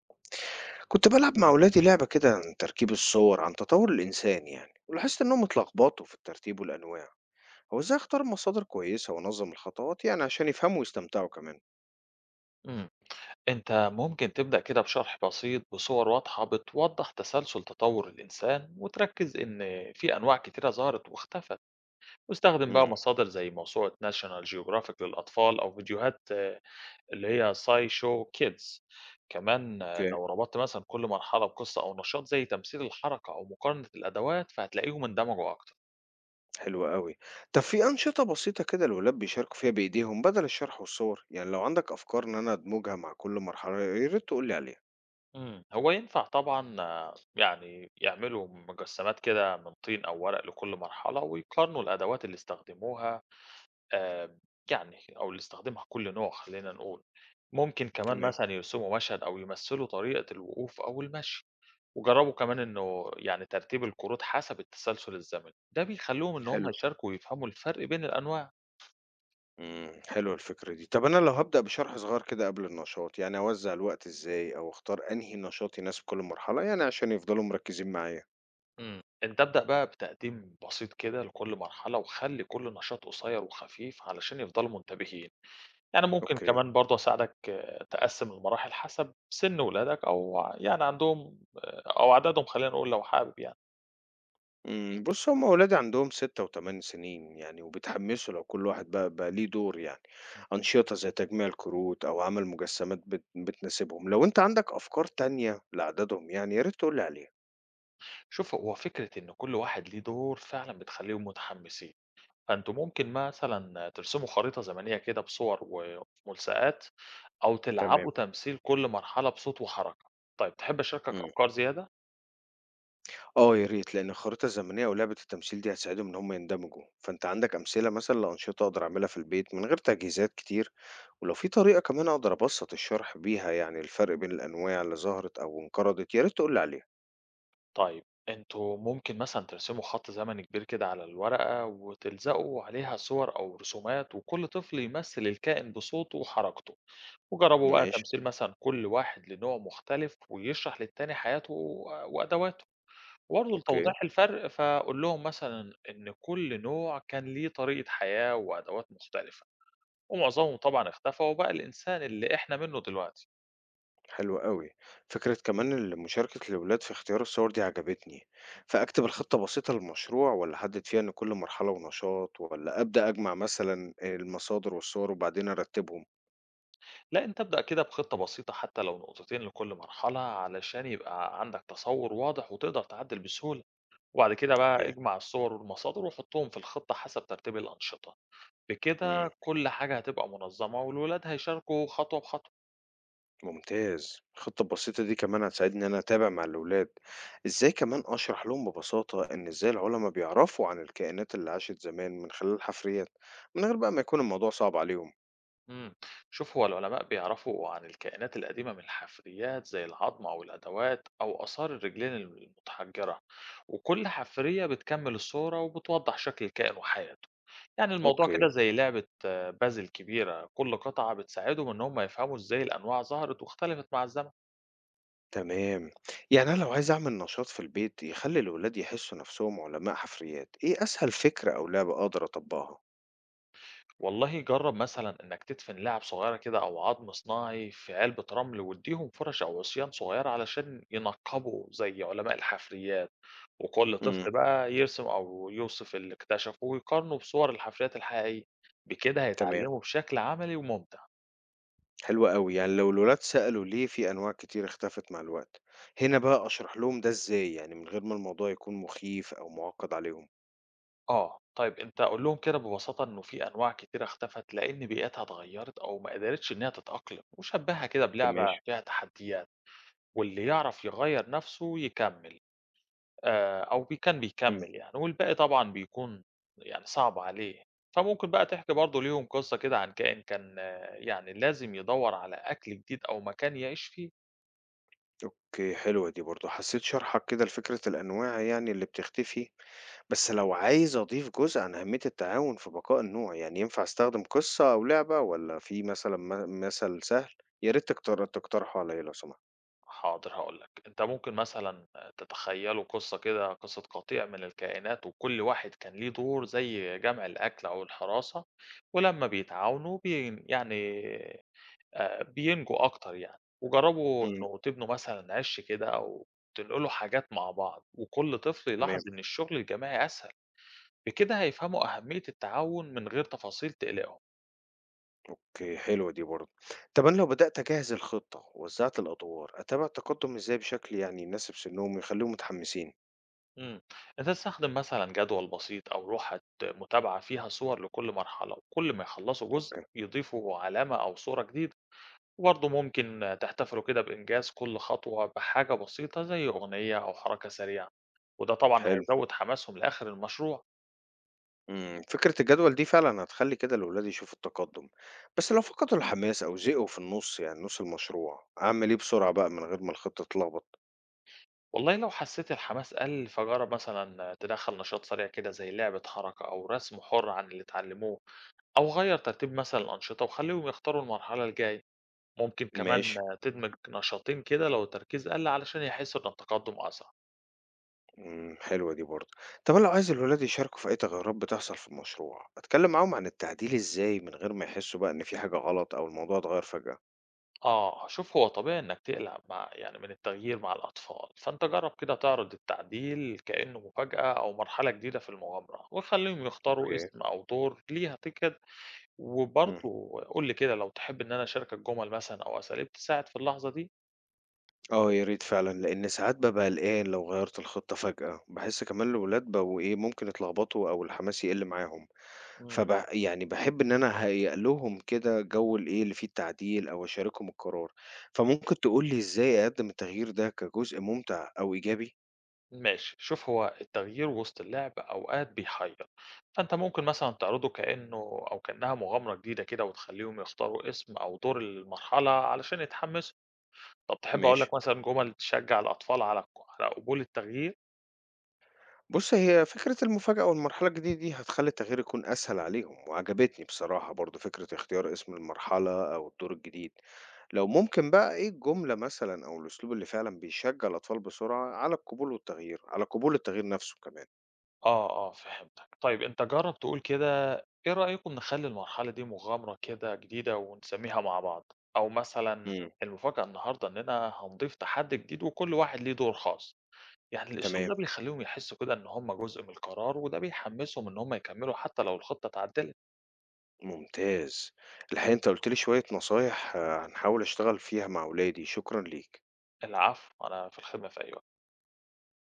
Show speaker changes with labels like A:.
A: كنت بلعب مع أولادي لعبة كده عن تركيب الصور عن تطور الإنسان يعني، ولاحظت إنهم اتلخبطوا في الترتيب والأنواع. هو إزاي أختار مصادر كويسة وأنظم الخطوات يعني عشان يفهموا ويستمتعوا كمان؟
B: مم. أنت ممكن تبدأ كده بشرح بسيط بصور واضحة بتوضح تسلسل تطور الإنسان وتركز إن في أنواع كتيرة ظهرت واختفت واستخدم بقى
A: امم
B: مصادر زي موسوعة ناشونال جيوغرافيك للأطفال أو فيديوهات اللي هي ساي شو كيدز كمان
A: اوكي،
B: لو ربطت مثلا كل مرحلة بقصة أو نشاط زي تمثيل الحركة أو مقارنة الأدوات فهتلاقيهم اندمجوا أكتر.
A: حلو قوي. طب في أنشطة بسيطة كده الولاد بيشاركوا فيها بإيديهم بدل الشرح والصور؟ يعني لو عندك أفكار إن أنا أدمجها مع كل مرحلة يا ريت تقول لي عليها.
B: هو ينفع طبعًا، يعني يعملوا مجسّمات كده من طين أو ورق لكل مرحلة، ويقارنوا الأدوات اللي استخدموها، آآ، يعني أو اللي استخدمها كل نوع خلّينا نقول، ممكن كمان
A: تمام.
B: مثلًا يرسموا مشهد أو يمثّلوا طريقة الوقوف أو المشي، وجرّبوا كمان إنه يعني ترتيب الكروت حسب التسلسل الزمني، ده بيخلّيهم إن هم
A: حلو.
B: يشاركوا ويفهموا الفرق بين الأنواع.
A: حلوة الفكرة دي. طب أنا لو هبدأ بشرح صغير كده قبل النشاط، يعني أوزع الوقت إزاي، أو أختار أنهي نشاط يناسب كل مرحلة يعني عشان يفضلوا مركزين معايا؟
B: إمم. أنت ابدأ بقى بتقديم بسيط كده لكل مرحلة، وخلّي كل نشاط قصير وخفيف علشان يفضلوا منتبهين. يعني ممكن
A: أوكي.
B: كمان برضه أساعدك، تقسّم المراحل حسب سِن ولادك أو يعني عندهم، أو عددهم خلّينا نقول لو حابب يعني.
A: إمم، بُص، هُم ولادي عندهم 6 و8 سنين يعني، وبيتحمسوا لو كل واحد بقى ليه دور يعني.
B: اهم.
A: أنشطة زي تجميع الكروت أو عمل مجسمات بتناسبهم. لو أنت عندك أفكار تانية لعددهم يعني يا ريت تقول لي عليها.
B: شوف هو فكرة إن كل واحد ليه دور فعلًا بتخلّيهم متحمّسين، فأنتم ممكن مثلًا ترسموا خريطة زمنية كده بصور وملصقات أو
A: تمام.
B: تلعبوا تمثيل كل مرحلة بصوت وحركة. طيب تحب أشاركك
A: إمم،
B: أفكار زيادة؟
A: آه يا ريت، لأن الخريطة الزمنية أو لعبة التمثيل دي هتساعدهم إن هُم يندمجوا. فأنت عندك أمثلة مثلًا لأنشطة أقدر أعملها في البيت من غير تجهيزات كتير؟ ولو في طريقة كمان أقدر أبسط الشرح بيها يعني الفرق بين الأنواع اللي ظهرت أو انقرضت يا ريت تقول لي عليها.
B: طيب انتوا ممكن مثلًا ترسموا خط زمني كبير كده على الورقة، وتلزقوا عليها صور أو رسومات، وكل طفل يمثل الكائن بصوته وحركته، وجربوا بقى
A: ماشي،
B: تمثيل مثلًا كل واحد لنوع مختلف، ويشرح للتاني حياته و وأدواته، وبرضه
A: أوكي.
B: لتوضيح الفرق فقُل لهم مثلًا إن كل نوع كان ليه طريقة حياة وأدوات مختلفة، ومعظمهم طبعًا اختفى وبقى الإنسان اللي إحنا منه دلوقتي.
A: حلو قوي. فكرة كمان مشاركة الأولاد في اختيار الصور دي عجبتني. فأكتب الخطة بسيطة للمشروع، ولا أحدد فيها إن كل مرحلة ونشاط، ولا أبدأ أجمع مثلا المصادر والصور وبعدين أرتبهم؟
B: لأ، أنت ابدأ كده بخطة بسيطة حتى لو نقطتين لكل مرحلة، علشان يبقى عندك تصوُّر واضح وتقدر تعدِّل بسهولة، وبعد كده بقى
A: أوكي.
B: اجمع الصور والمصادر وحُطّهم في الخطة حسب ترتيب الأنشطة،
A: مم.
B: بكده كل حاجة هتبقى منظَّمة والولاد هيشاركوا خطوة بخطوة.
A: ممتاز. الخطة البسيطة دي كمان هتساعدني إن أنا أتابع مع الأولاد. إزاي كمان أشرح لهم ببساطة إن إزاي العلماء بيعرفوا عن الكائنات اللي عاشت زمان من خلال الحفريات، من غير بقى ما يكون الموضوع صعب عليهم؟
B: امم، شوف هو العلماء بيعرفوا عن الكائنات القديمة من الحفريات زي العظم أو الأدوات أو آثار الرجلين المتحجرة، وكل حفرية بتكمل الصورة وبتوضح شكل الكائن وحياته. يعني الموضوع
A: أوكي.
B: كده زي لعبة، بازل كبيرة كل قطعة بتساعدهم إن هم يفهموا إزاي الأنواع ظهرت واختلفت مع الزمن.
A: تمام. يعني أنا لو عايز أعمل نشاط في البيت يخلي الولاد يحسوا نفسهم علماء حفريات، إيه أسهل فكرة أو لعبة أقدر أطبقها؟
B: والله جرب مثلا إنك تدفن لاعب صغيرة كده أو عظم صناعي في علبة رمل واديهم فرش أو عصيان صغيرة علشان ينقبوا زي علماء الحفريات، وكل
A: امم.
B: طفل بقى يرسم أو يوصف اللي اكتشفه ويقارنه بصور الحفريات الحقيقية. بكده
A: تمام.
B: هيتعلموا بشكل عملي وممتع.
A: حلوة أوي. يعني لو الولاد سألوا ليه في أنواع كتير اختفت مع الوقت، هنا بقى أشرح لهم ده إزاي، يعني من غير ما الموضوع يكون مخيف أو معقد عليهم؟
B: طيب أنت قول لهم كده ببساطة إنه في أنواع كتيرة اختفت لأن بيئتها اتغيرت أو ما قدرتش إنها تتأقلم وشبهها كده
A: تمام.
B: بلعبة فيها تحديات، واللي يعرف يغير نفسه يكمل، أو كان بيكمّل يعني، والباقي طبعًا بيكون يعني صعب عليه. فممكن بقى تحكي برضه ليهم قصة كده عن كائن كان، يعني لازم يدوّر على أكل جديد أو مكان يعيش فيه.
A: أوكي، حلوة دي برضه. حسّيت شرحك كده لفكرة الأنواع يعني اللي بتختفي، بس لو عايز أضيف جزء عن أهمية التعاون في بقاء النوع، يعني ينفع أستخدم قصة أو لعبة والّا في مثلًا مثل سهل؟ يا ريت تقترحه عليّا لو سمحت.
B: حاضر هاقول لك، أنت ممكن مثلًا، تتخيّلوا قصة كده، قصة قطيع من الكائنات وكل واحد كان ليه دور زي جمع الأكل أو الحراسة، ولمّا بيتعاونوا بين يعني بينجوا أكتر يعني، وجرّبوا
A: إمم،
B: إنه تبنوا مثلًا عِش كده أو تنقلوا حاجات مع بعض، وكل طفل يلاحظ
A: تمام،
B: إن الشغل الجماعي أسهل، بكده هيفهموا أهمية التعاون من غير تفاصيل تقلقهم.
A: أوكي، حلوة دي برضه. طب أنا لو بدأت أجهّز الخطة ووزّعت الأدوار، أتابع التقدم إزاي بشكل يعني يناسب سنّهم ويخلّيهم متحمّسين؟
B: إمم، أنت تستخدم مثلًا جدول بسيط أو لوحة متابعة فيها صور لكل مرحلة، وكل ما يخلصوا جزء
A: أوكي،
B: يضيفوا علامة أو صورة جديدة، وبرضه ممكن تحتفلوا كده بإنجاز كل خطوة بحاجة بسيطة زي أغنية أو حركة سريعة، وده طبعًا
A: حلو.
B: هيزود حماسهم لآخر المشروع.
A: إمم، فكرة الجدول دي فعلًا هتخلّي كده الولاد يشوفوا التقدُّم، بس لو فقدوا الحماس أو زهقوا في النُص، يعني نُص المشروع، أعمل إيه بسرعة بقى من غير ما الخطة تتلخبط؟
B: والله لو حسيت الحماس قل فجرب مثلا تدخل نشاط سريع كده زي لعبة حركة أو رسم حر عن اللي اتعلموه، أو غير ترتيب مثلا الأنشطة وخليهم يختاروا المرحلة الجاية. ممكن كمان
A: ماشي،
B: تدمج نشاطين كده لو التركيز قل علشان يحسوا إن التقدم أسرع.
A: إمم، حلوة دي برضه. طب أنا لو عايز الولاد يشاركوا في أي تغيُّرات بتحصل في المشروع، أتكلّم معاهم عن التعديل إزاي من غير ما يحسّوا بقى إن في حاجة غلط أو الموضوع اتغيّر فجأة؟
B: شوف هو طبيعي إنك تقلق مع يعني من التغيير مع الأطفال، فأنت جرب كده تعرض التعديل كأنه مفاجأة أو مرحلة جديدة في المغامرة وخليهم يختاروا
A: أوكي،
B: اسم أو دور ليها كده.
A: إمم.
B: وبرضه قُل لي كده لو تحب إن أنا أشاركك جُمل مثلًا أو أساليب تساعد في اللحظة دي؟
A: آه، يا ريت فعلًا، لإن ساعات بابقى قلقان لو غيّرت الخطة فجأة، باحس كمان الولاد بقوا إيه، ممكن يتلخبطوا أو الحماس يقِل معاهم.
B: إمم.
A: يعني باحب إن أنا أهيّأ لهم كده جو الإيه، اللي فيه التعديل أو أشاركهم القرار. فممكن تقول لي إزاي أقدّم التغيير ده كجزء ممتع أو إيجابي؟
B: ماشي، شوف هو التغيير وسط اللعب أوقات بيحيّر، فأنت ممكن مثلًا تعرضه كإنه أو كإنها مغامرة جديدة كده وتخلّيهم يختاروا اسم أو دور المرحلة علشان يتحمسوا. طب تحب أقول
A: ماشي.
B: لك مثلًا جُمل تشجّع الأطفال على ق على قبول التغيير؟
A: بُص، هي فكرة المفاجأة والمرحلة الجديدة دي هتخلّي التغيير يكون أسهل عليهم، وعجبتني بصراحة برضه فكرة اختيار اسم المرحلة أو الدور الجديد. لو ممكن بقى إيه الجملة مثلًا أو الأسلوب اللي فعلًا بيشجّع الأطفال بسرعة على القبول والتغيير، على قبول التغيير نَفْسه كمان.
B: فهمتك. طيب أنت جرّب تقول كده، إيه رأيكم نخلّي المرحلة دي مغامرة كده جديدة ونسميها مع بعض، أو مثلًا
A: إمم،
B: المفاجأة النهارده إننا هنضيف تحدي جديد وكل واحد ليه دور خاص. يعني الأسلوب
A: تمام.
B: ده بيخلّيهم يحسّوا كده إن هم جزء من القرار وده بيحمّسهم إن هم يكمّلوا حتى لو الخطة اتعدِّلت.
A: ممتاز. الحقيقة أنت قُلت لي شوية نصايح هنحاول أشتغل فيها مع ولادي، شكرًا ليك.
B: العفو، أنا في الخدمة في أي وقت.